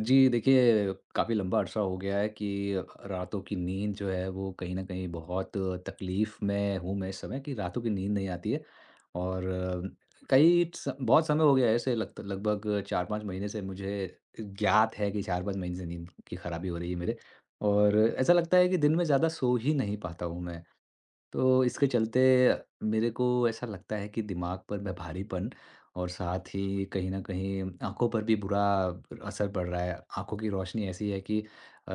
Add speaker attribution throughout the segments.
Speaker 1: जी, देखिए काफ़ी लंबा अरसा हो गया है कि रातों की नींद जो है वो कहीं न कहीं बहुत तकलीफ़ में हूँ मैं इस समय, कि रातों की नींद नहीं आती है। और कई स बहुत समय हो गया है, ऐसे लगत लगभग 4-5 महीने से मुझे ज्ञात है कि 4-5 महीने से नींद की खराबी हो रही है मेरे। और ऐसा लगता है कि दिन में ज़्यादा सो ही नहीं पाता हूँ मैं। तो इसके चलते मेरे को ऐसा लगता है कि दिमाग पर मैं भारीपन और साथ ही कहीं न कहीं आँखों पर भी बुरा असर पड़ रहा है। आँखों की रोशनी ऐसी है कि अ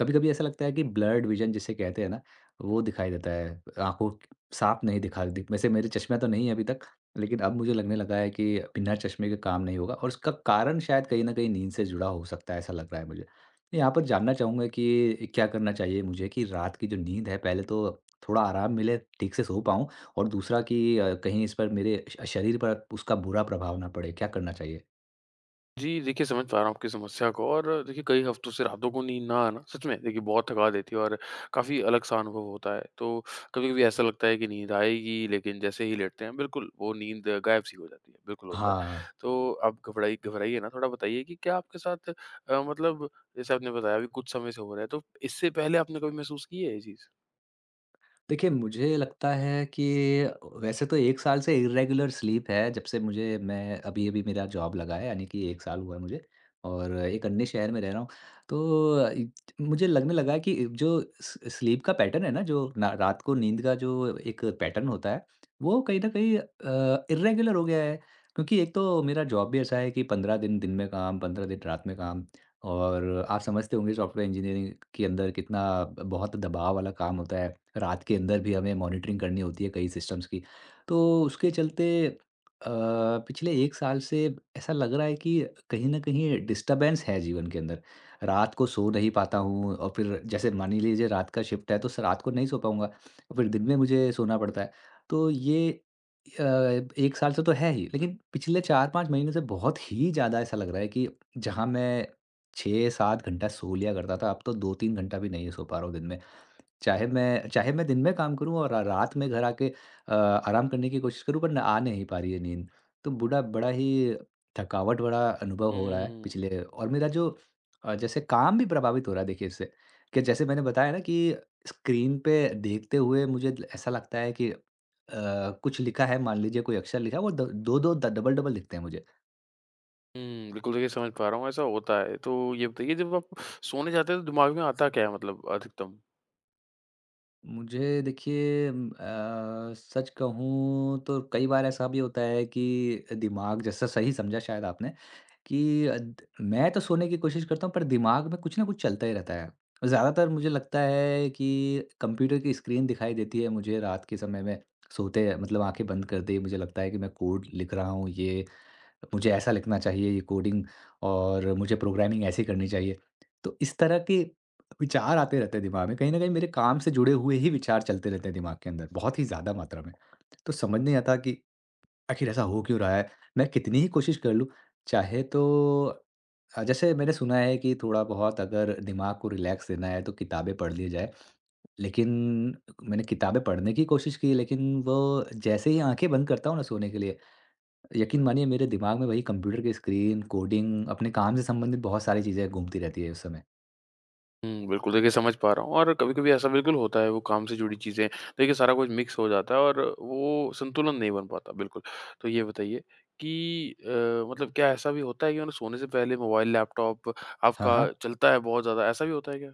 Speaker 1: कभी कभी ऐसा लगता है कि ब्लर्ड विजन जिसे कहते हैं ना, वो दिखाई देता है। आंखों साफ नहीं दिखा दी। वैसे मेरे चश्मा तो नहीं है अभी तक, लेकिन अब मुझे लगने लगा है कि बिना चश्मे के काम नहीं होगा, और उसका कारण शायद कहीं ना कहीं नींद से जुड़ा हो सकता है, ऐसा लग रहा है मुझे। यहाँ पर जानना चाहूंगा कि क्या करना चाहिए मुझे, कि रात की जो नींद है पहले तो थोड़ा आराम मिले, ठीक से सो पाऊँ। और दूसरा कि कहीं इस पर मेरे शरीर पर उसका बुरा प्रभाव ना पड़े, क्या करना चाहिए?
Speaker 2: जी, देखिए समझ पा रहा हूँ आपकी समस्या को। और देखिए, कई हफ्तों से रातों को नींद ना आना सच में देखिए बहुत थका देती है। और काफ़ी अलग-सा अनुभव होता है। तो कभी-कभी ऐसा लगता है कि नींद आएगी, लेकिन जैसे ही लेटते हैं, बिल्कुल वो नींद गायब-सी हो जाती है। बिल्कुल होता है।
Speaker 1: हाँ,
Speaker 2: तो आप घबराइए ना, थोड़ा बताइए कि क्या आपके साथ मतलब, जैसे आपने बताया अभी कुछ समय से हो रहा है, तो इससे पहले आपने कभी महसूस की है ये चीज़?
Speaker 1: देखिए, मुझे लगता है कि वैसे तो 1 साल से इर्रेगुलर स्लीप है, जब से मुझे मैं अभी-अभी मेरा जॉब लगा है, यानी कि 1 साल हुआ है मुझे, और एक अन्य शहर में रह रहा हूँ। तो अ, इ मुझे लगने लगा है कि जो स स्लीप का पैटर्न है ना, जो ना रात को नींद का जो एक पैटर्न होता है, वो कहीं न कहीं इर्रेगुलर हो गया है। क्योंकि एक तो मेरा जॉब भी ऐसा है कि 15 दिन दिन में काम, 15 दिन रात में काम। और आप समझते होंगे सॉफ्टवेयर इंजीनियरिंग के अंदर कितना बहुत दबाव वाला काम होता है। रात के अंदर भी हमें मॉनिटरिंग करनी होती है कई सिस्टम्स की। तो उसके चलते अ, पिछले 1 साल से ऐसा लग रहा है कि कहीं न कहीं डिस्टर्बेंस है जीवन के अंदर। रात को सो नहीं पाता हूँ, और फिर जैसे मान ही लीजिए रात का शिफ्ट है तो स रात को नहीं सो पाऊँगा। फिर दिन में मुझे सोना पड़ता है। तो ये अ, 1 साल से तो है ही, लेकिन पिछले 4-5 महीने से बहुत ही ज़्यादा ऐसा लग रहा है कि जहाँ मैं 6-7 घंटा सो लिया करता था, अब तो 2-3 घंटा भी नहीं सो पा रहा हूँ दिन में। चाहे मैं दिन में काम करूँ और रा रात में घर आके आराम करने की कोशिश करूँ, पर न आ नहीं पा रही है नींद। तो बूढ़ा बड़ा ही थकावट वाला अनुभव हो रहा है
Speaker 2: हुँ।
Speaker 1: पिछले। और मेरा जो जैसे काम भी प्रभावित हो रहा है देखिए इससे, कि जैसे मैंने बताया ना कि स्क्रीन पे देखते हुए मुझे ल ऐसा लगता है कि कुछ लिखा है, मान लीजिए कोई अक्षर लिखा है, वो द 2-2 द डबल-डबल दिखते हैं मुझे।
Speaker 2: हुँ, बिल्कुल देखिए समझ पा रहा हूँ, ऐसा होता है। तो ये बताइए, जब आप सोने जाते हैं तो दिमाग में आता क्या है, मतलब अधिकतम?
Speaker 1: मुझे देखिए सच कहूँ तो कई बार ऐसा भी होता है कि दिमाग जैसा सही समझा शायद आपने, कि अ, द मैं तो सोने की कोशिश करता हूँ पर दिमाग में कुछ न कुछ चलता ही रहता है। ज़्यादातर मुझे लगता है कि कंप्यूटर की स्क्रीन दिखाई देती है मुझे रात के समय में। सोते मतलब आँखें बंद करते ही मुझे लगता है कि मैं कोड लिख रहा हूँ, ये मुझे ऐसा लिखना चाहिए, ये कोडिंग और मुझे प्रोग्रामिंग ऐसी करनी चाहिए। तो इस तरह के विचार आते रहते हैं दिमाग में, कहीं न कहीं मेरे काम से जुड़े हुए ही विचार चलते रहते हैं दिमाग के अंदर, बहुत ही ज़्यादा मात्रा में। तो समझ नहीं आता कि आखिर ऐसा हो क्यों रहा है? मैं कितनी ही कोशिश कर लूँ, चाहे तो जैसे मैंने सुना है कि थोड़ा बहुत अगर दिमाग को रिलैक्स देना है तो किताबें पढ़ ली जाए, लेकिन मैंने किताबें पढ़ने की कोशिश की, लेकिन वो, जैसे ही आँखें बंद करता हूँ ना सोने के लिए, यकीन मानिए मेरे दिमाग में वही कंप्यूटर की स्क्रीन, कोडिंग, अपने काम से संबंधित बहुत सारी चीज़ें घूमती रहती है उस समय।
Speaker 2: हुँ, बिल्कुल, देखिए समझ पा रहा हूँ। और कभी-कभी ऐसा बिल्कुल होता है, वो काम से जुड़ी चीज़ें, देखिए सारा कुछ मिक्स हो जाता है और वो संतुलन नहीं बन पाता, बिल्कुल। तो ये बताइए कि मतलब, क्या ऐसा भी होता है कि, मतलब, सोने से पहले मोबाइल, लैपटॉप
Speaker 1: हाँ,
Speaker 2: आपका
Speaker 1: हाँ।
Speaker 2: चलता है बहुत ज़्यादा, ऐसा भी होता है क्या?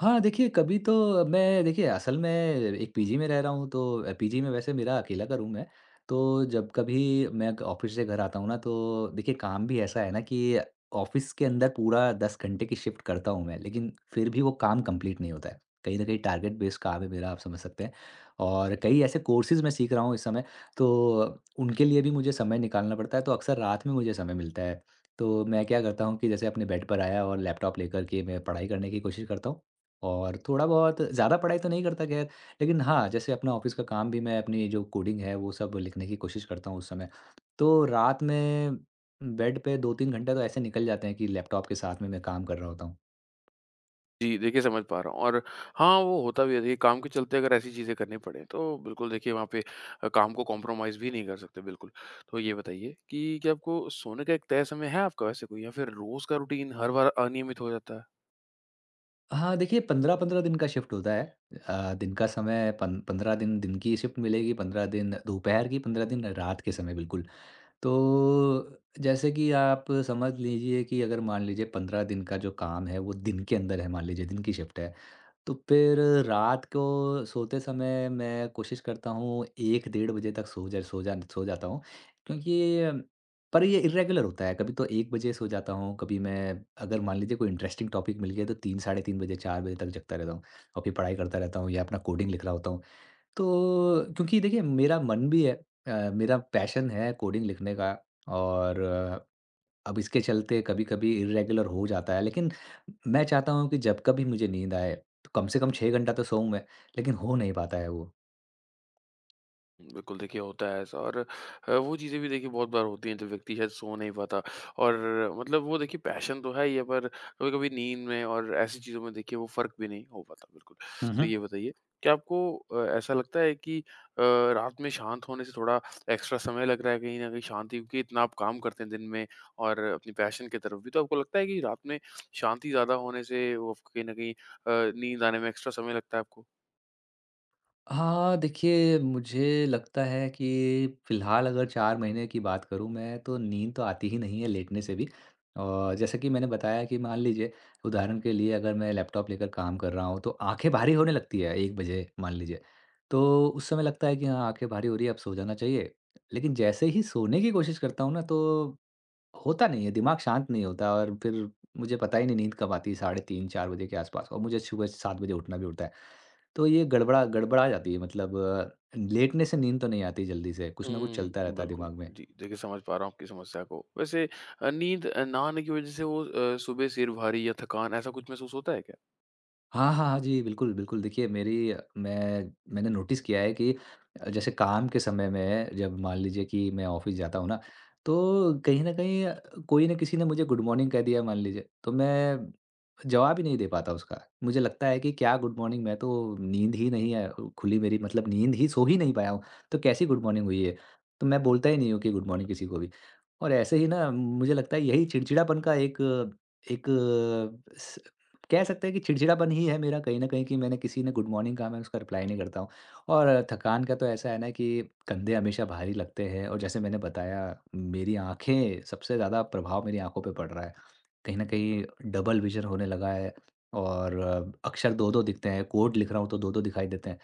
Speaker 1: हाँ, देखिए कभी तो मैं देखिए असल में एक पीजी में रह रहा हूँ, तो पीजी में वैसे मेरा अकेला का रूम है। तो जब कभी मैं क ऑफ़िस से घर आता हूँ ना, तो देखिए काम भी ऐसा है ना कि ऑफ़िस के अंदर पूरा 10 घंटे की शिफ्ट करता हूँ मैं, लेकिन फिर भी वो काम कंप्लीट नहीं होता है। कहीं न कहीं टारगेट बेस्ड काम है मेरा, आप समझ सकते हैं। और कई ऐसे कोर्सेज़ मैं सीख रहा हूँ इस समय, तो उनके लिए भी मुझे समय निकालना पड़ता है, तो अक्सर रात में मुझे समय मिलता है। तो मैं क्या करता हूँ कि जैसे अपने बेड पर आया और लैपटॉप लेकर के मैं पढ़ाई करने की कोशिश करता हूँ। और थोड़ा बहुत ज़्यादा पढ़ाई तो नहीं करता खैर, लेकिन हाँ, जैसे अपना ऑफ़िस का काम भी मैं अपनी जो कोडिंग है वो सब लिखने की कोशिश करता हूँ उस समय। तो रात में बेड पे 2-3 घंटे तो ऐसे निकल जाते हैं कि लैपटॉप के साथ में मैं काम कर रहा होता हूँ।
Speaker 2: जी, देखिए समझ पा रहा हूँ। और हाँ, वो होता भी है, देखिए काम के चलते अगर ऐसी चीज़ें करनी पड़े, तो बिल्कुल देखिए वहाँ पे काम को कॉम्प्रोमाइज़ भी नहीं कर सकते, बिल्कुल। तो ये बताइए कि क्या आपको सोने का एक तय समय है आपका वैसे कोई, या फिर रोज़ का रूटीन हर बार अनियमित हो जाता है?
Speaker 1: हाँ, देखिए 15-15 दिन का शिफ्ट होता है। दिन का समय पन 15 दिन दिन की शिफ्ट मिलेगी, 15 दिन दोपहर की, 15 दिन रात के समय, बिल्कुल। तो जैसे कि आप समझ लीजिए कि अगर मान लीजिए 15 दिन का जो काम है वो दिन के अंदर है, मान लीजिए दिन की शिफ्ट है। तो फिर रात को सोते समय मैं कोशिश करता हूँ 1 डेढ़ बजे तक सो जाता हूँ, क्योंकि, पर ये इर्रेगुलर होता है। कभी तो 1 बजे सो जाता हूँ, कभी मैं अगर मान लीजिए कोई इंटरेस्टिंग टॉपिक मिल गया तो 3 साढ़े 3 बजे 4 बजे तक जगता रहता हूँ और फिर पढ़ाई करता रहता हूँ या अपना कोडिंग लिख रहा होता हूँ। तो क्योंकि देखिए मेरा मन भी है, मेरा पैशन है कोडिंग लिखने का। और अब इसके चलते कभी-कभी इर्रेगुलर हो जाता है, लेकिन मैं चाहता हूँ कि जब कभी मुझे नींद आए, तो कम से कम 6 घंटा तो सोऊँ मैं, लेकिन हो नहीं पाता है वो।
Speaker 2: बिल्कुल, देखिए होता है ऐसा। और वो चीज़ें भी देखिए बहुत बार होती हैं, जब व्यक्ति शायद सो नहीं पाता। और मतलब वो देखिए पैशन तो है ही है, पर कभी-कभी नींद में और ऐसी चीज़ों में देखिए वो फ़र्क भी नहीं हो पाता, बिल्कुल। तो ये बताइए कि आपको ऐसा लगता है कि रात में शांत होने से थोड़ा एक्स्ट्रा समय लग रहा है, कहीं न कहीं शांति, क्योंकि इतना आप काम करते हैं दिन में और अपनी पैशन की तरफ भी, तो आपको लगता है कि रात में शांति ज़्यादा होने से वो आपको कहीं न कहीं नींद आने में एक्स्ट्रा समय लगता है आपको?
Speaker 1: हाँ, देखिए मुझे लगता है कि फ़िलहाल अगर 4 महीने की बात करूँ मैं, तो नींद तो आती ही नहीं है लेटने से भी। और जैसा कि मैंने बताया कि मान लीजिए उदाहरण के लिए अगर मैं लैपटॉप लेकर काम कर रहा हूँ तो आँखें भारी होने लगती है 1 बजे मान लीजिए। तो उस समय लगता है कि हाँ, आँखें भारी हो रही है, अब सो जाना चाहिए। लेकिन जैसे ही सोने की कोशिश करता हूँ ना तो होता नहीं है, दिमाग शांत नहीं होता और फिर मुझे पता ही नहीं नींद कब आती है, साढ़े 3-4 बजे के आसपास, और मुझे सुबह 7 बजे उठना भी होता है। तो ये गड़बड़ा गड़बड़ा जाती है, मतलब लेटने से नींद तो नहीं आती जल्दी से, कुछ ना कुछ चलता
Speaker 2: हुँ,
Speaker 1: रहता है
Speaker 2: बिल्कुल।
Speaker 1: दिमाग में।
Speaker 2: जी, देखिए समझ पा रहा हूँ आपकी समस्या को। वैसे नींद ना आने की वज़ह से वो सुबह सिर भारी या थकान, ऐसा कुछ महसूस होता है क्या?
Speaker 1: हाँ, हाँ, हाँ। जी, बिल्कुल, बिल्कुल। देखिए मेरी मैंने नोटिस किया है कि जैसे काम के समय में जब मान लीजिए कि मैं ऑफ़िस जाता हूँ ना, तो कहीं न कहीं कोई ना किसी ने मुझे गुड मॉर्निंग कह दिया मान लीजिए, तो मैं जवाब ही नहीं दे पाता उसका। मुझे लगता है कि क्या गुड मॉर्निंग, मैं तो नींद ही नहीं है, खुली मेरी, मतलब नींद ही सो ही नहीं पाया हूँ, तो कैसी गुड मॉर्निंग हुई है? तो मैं बोलता ही नहीं हूँ कि गुड मॉर्निंग किसी को भी। और ऐसे ही ना मुझे लगता है यही चिड़चिड़ापन का एक एक स कह सकते हैं कि चिड़चिड़ापन ही है मेरा कहीं न कहीं, कि मैंने किसी ने गुड मॉर्निंग कहा मैं उसका रिप्लाई नहीं करता हूँ। और थकान का तो ऐसा है ना कि कंधे हमेशा भारी लगते हैं, और जैसे मैंने बताया मेरी आँखें, सबसे ज़्यादा प्रभाव मेरी आँखों पे पड़ रहा है। कहीं न कहीं डबल विज़न होने लगा है, और अक्षर 2-2 दिखते हैं, कोड लिख रहा हूँ तो 2-2 दिखाई देते हैं।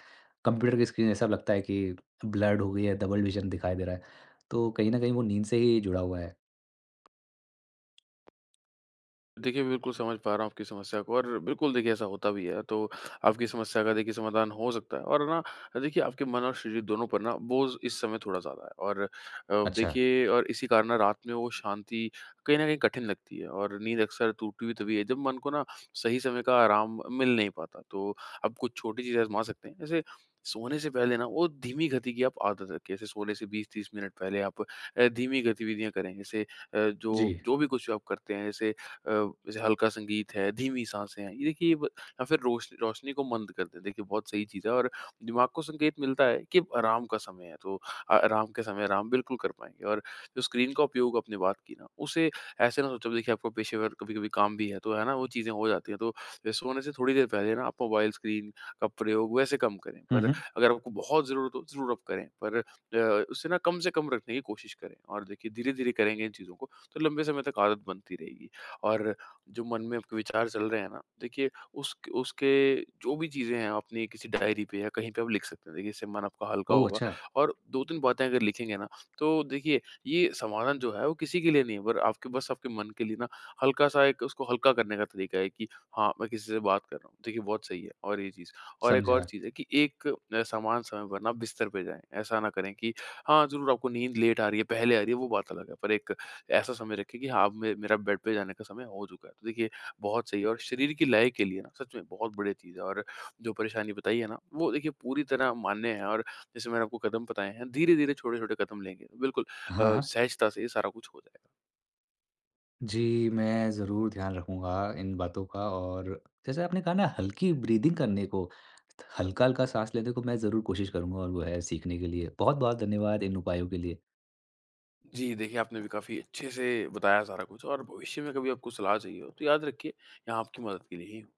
Speaker 1: कंप्यूटर की स्क्रीन ऐसा लगता है कि ब्लर्ड हो गई है, डबल विज़न दिखाई दे रहा है। तो कहीं न कहीं वो नींद से ही जुड़ा हुआ है।
Speaker 2: देखिए, बिल्कुल समझ पा रहा हूँ आपकी समस्या को, और बिल्कुल देखिए ऐसा होता भी है। तो आपकी समस्या का देखिए समाधान हो सकता है, और ना देखिए आपके मन और शरीर दोनों पर ना बोझ इस समय थोड़ा ज़्यादा है, और
Speaker 1: अच्छा,
Speaker 2: देखिए, और इसी कारण ना रात में वो शांति कहीं न कहीं कठिन लगती है, और नींद अक्सर टूटी हुई तभी है जब मन को ना सही समय का आराम मिल नहीं पाता। तो आप कुछ छोटी चीज़ें आज़मा सकते हैं। जैसे सोने से पहले ना वो धीमी गति की आप आदत रखें। जैसे सोने से 20-30 मिनट पहले आप धीमी गतिविधियाँ करें। जैसे
Speaker 1: जी।
Speaker 2: जो जो भी कुछ आप करते हैं, अ, जैसे हल्का संगीत है, धीमी साँसें हैं, ये देखिए, ये ब या फिर रोशनी को मंद कर दें, देखिए बहुत सही चीज़ है, और दिमाग को संकेत मिलता है कि अब आराम का समय है, तो आराम के समय आराम बिल्कुल कर पाएँगे। और जो स्क्रीन का उपयोग आपने बात की ना, उसे ऐसे ना सोचो देखिए, आपको पेशेवर कभी-कभी काम भी है, तो है ना, वो चीज़ें हो जाती हैं, तो सोने से थोड़ी देर पहले ना आप मोबाइल स्क्रीन का प्रयोग वैसे कम करें,
Speaker 1: हुँ,
Speaker 2: पर
Speaker 1: हुँ।
Speaker 2: अगर आपको बहुत ज़रूरत हो, ज़रूर आप करें, पर उसे ना कम से कम रखने की कोशिश करें, और देखिए धीरे-धीरे करेंगे इन चीज़ों को, तो लंबे समय तक आदत बनती रहेगी। और जो मन में आपके विचार चल रहे हैं ना, देखिए उस उसके जो भी चीज़ें हैं अपनी किसी डायरी पे या कहीं पे आप लिख सकते हैं। देखिए इससे मन आपका हल्का
Speaker 1: ओह!
Speaker 2: होगा,
Speaker 1: अच्छा,
Speaker 2: और 2-3 बातें अगर लिखेंगे ना, तो देखिए ये समाधान जो है वो किसी के लिए नहीं है, पर आपके, बस आपके मन के लिए ना हल्का-सा, एक उसको हल्का करने का तरीका है कि हाँ, मैं किसी से बात कर रहा हूँ। देखिए बहुत सही है, और ये चीज़। और एक और
Speaker 1: समझा।
Speaker 2: चीज़ है कि एक समान समय पर ना बिस्तर पे जाएँ। ऐसा ना करें कि हाँ, ज़रूर आपको नींद लेट आ रही है, पहले आ रही है, वो बात अलग है, पर एक ऐसा समय रखें कि हाँ, अब मे मेरा बेड पे जाने का समय हो चुका है। तो देखिए बहुत सही है, और शरीर की लय के लिए ना सच में बहुत बढ़िया चीज़ है, और जो परेशानी बताई है ना वो देखिए पूरी तरह मान्य है, और जैसे मैंने आपको कदम बताए हैं, धीरे-धीरे छोटे-छोटे कदम लेंगे तो बिल्कुल
Speaker 1: हाँ, हाँ।
Speaker 2: सहजता से ये सारा कुछ हो जाएगा।
Speaker 1: जी, मैं ज़रूर ध्यान रखूँगा इन बातों का। और जैसे आपने कहा ना हल्की ब्रीदिंग करने को, हल्का-हल्का साँस लेने को, मैं ज़रूर कोशिश करूँगा और वो है सीखने के लिए। बहुत-बहुत धन्यवाद इन उपायों के लिए।
Speaker 2: जी, देखिए आपने भी काफ़ी अच्छे से बताया सारा कुछ, और भविष्य में कभी आपको सलाह चाहिए हो तो याद रखिए, यहाँ आपकी मदद के लिए ही हूँ।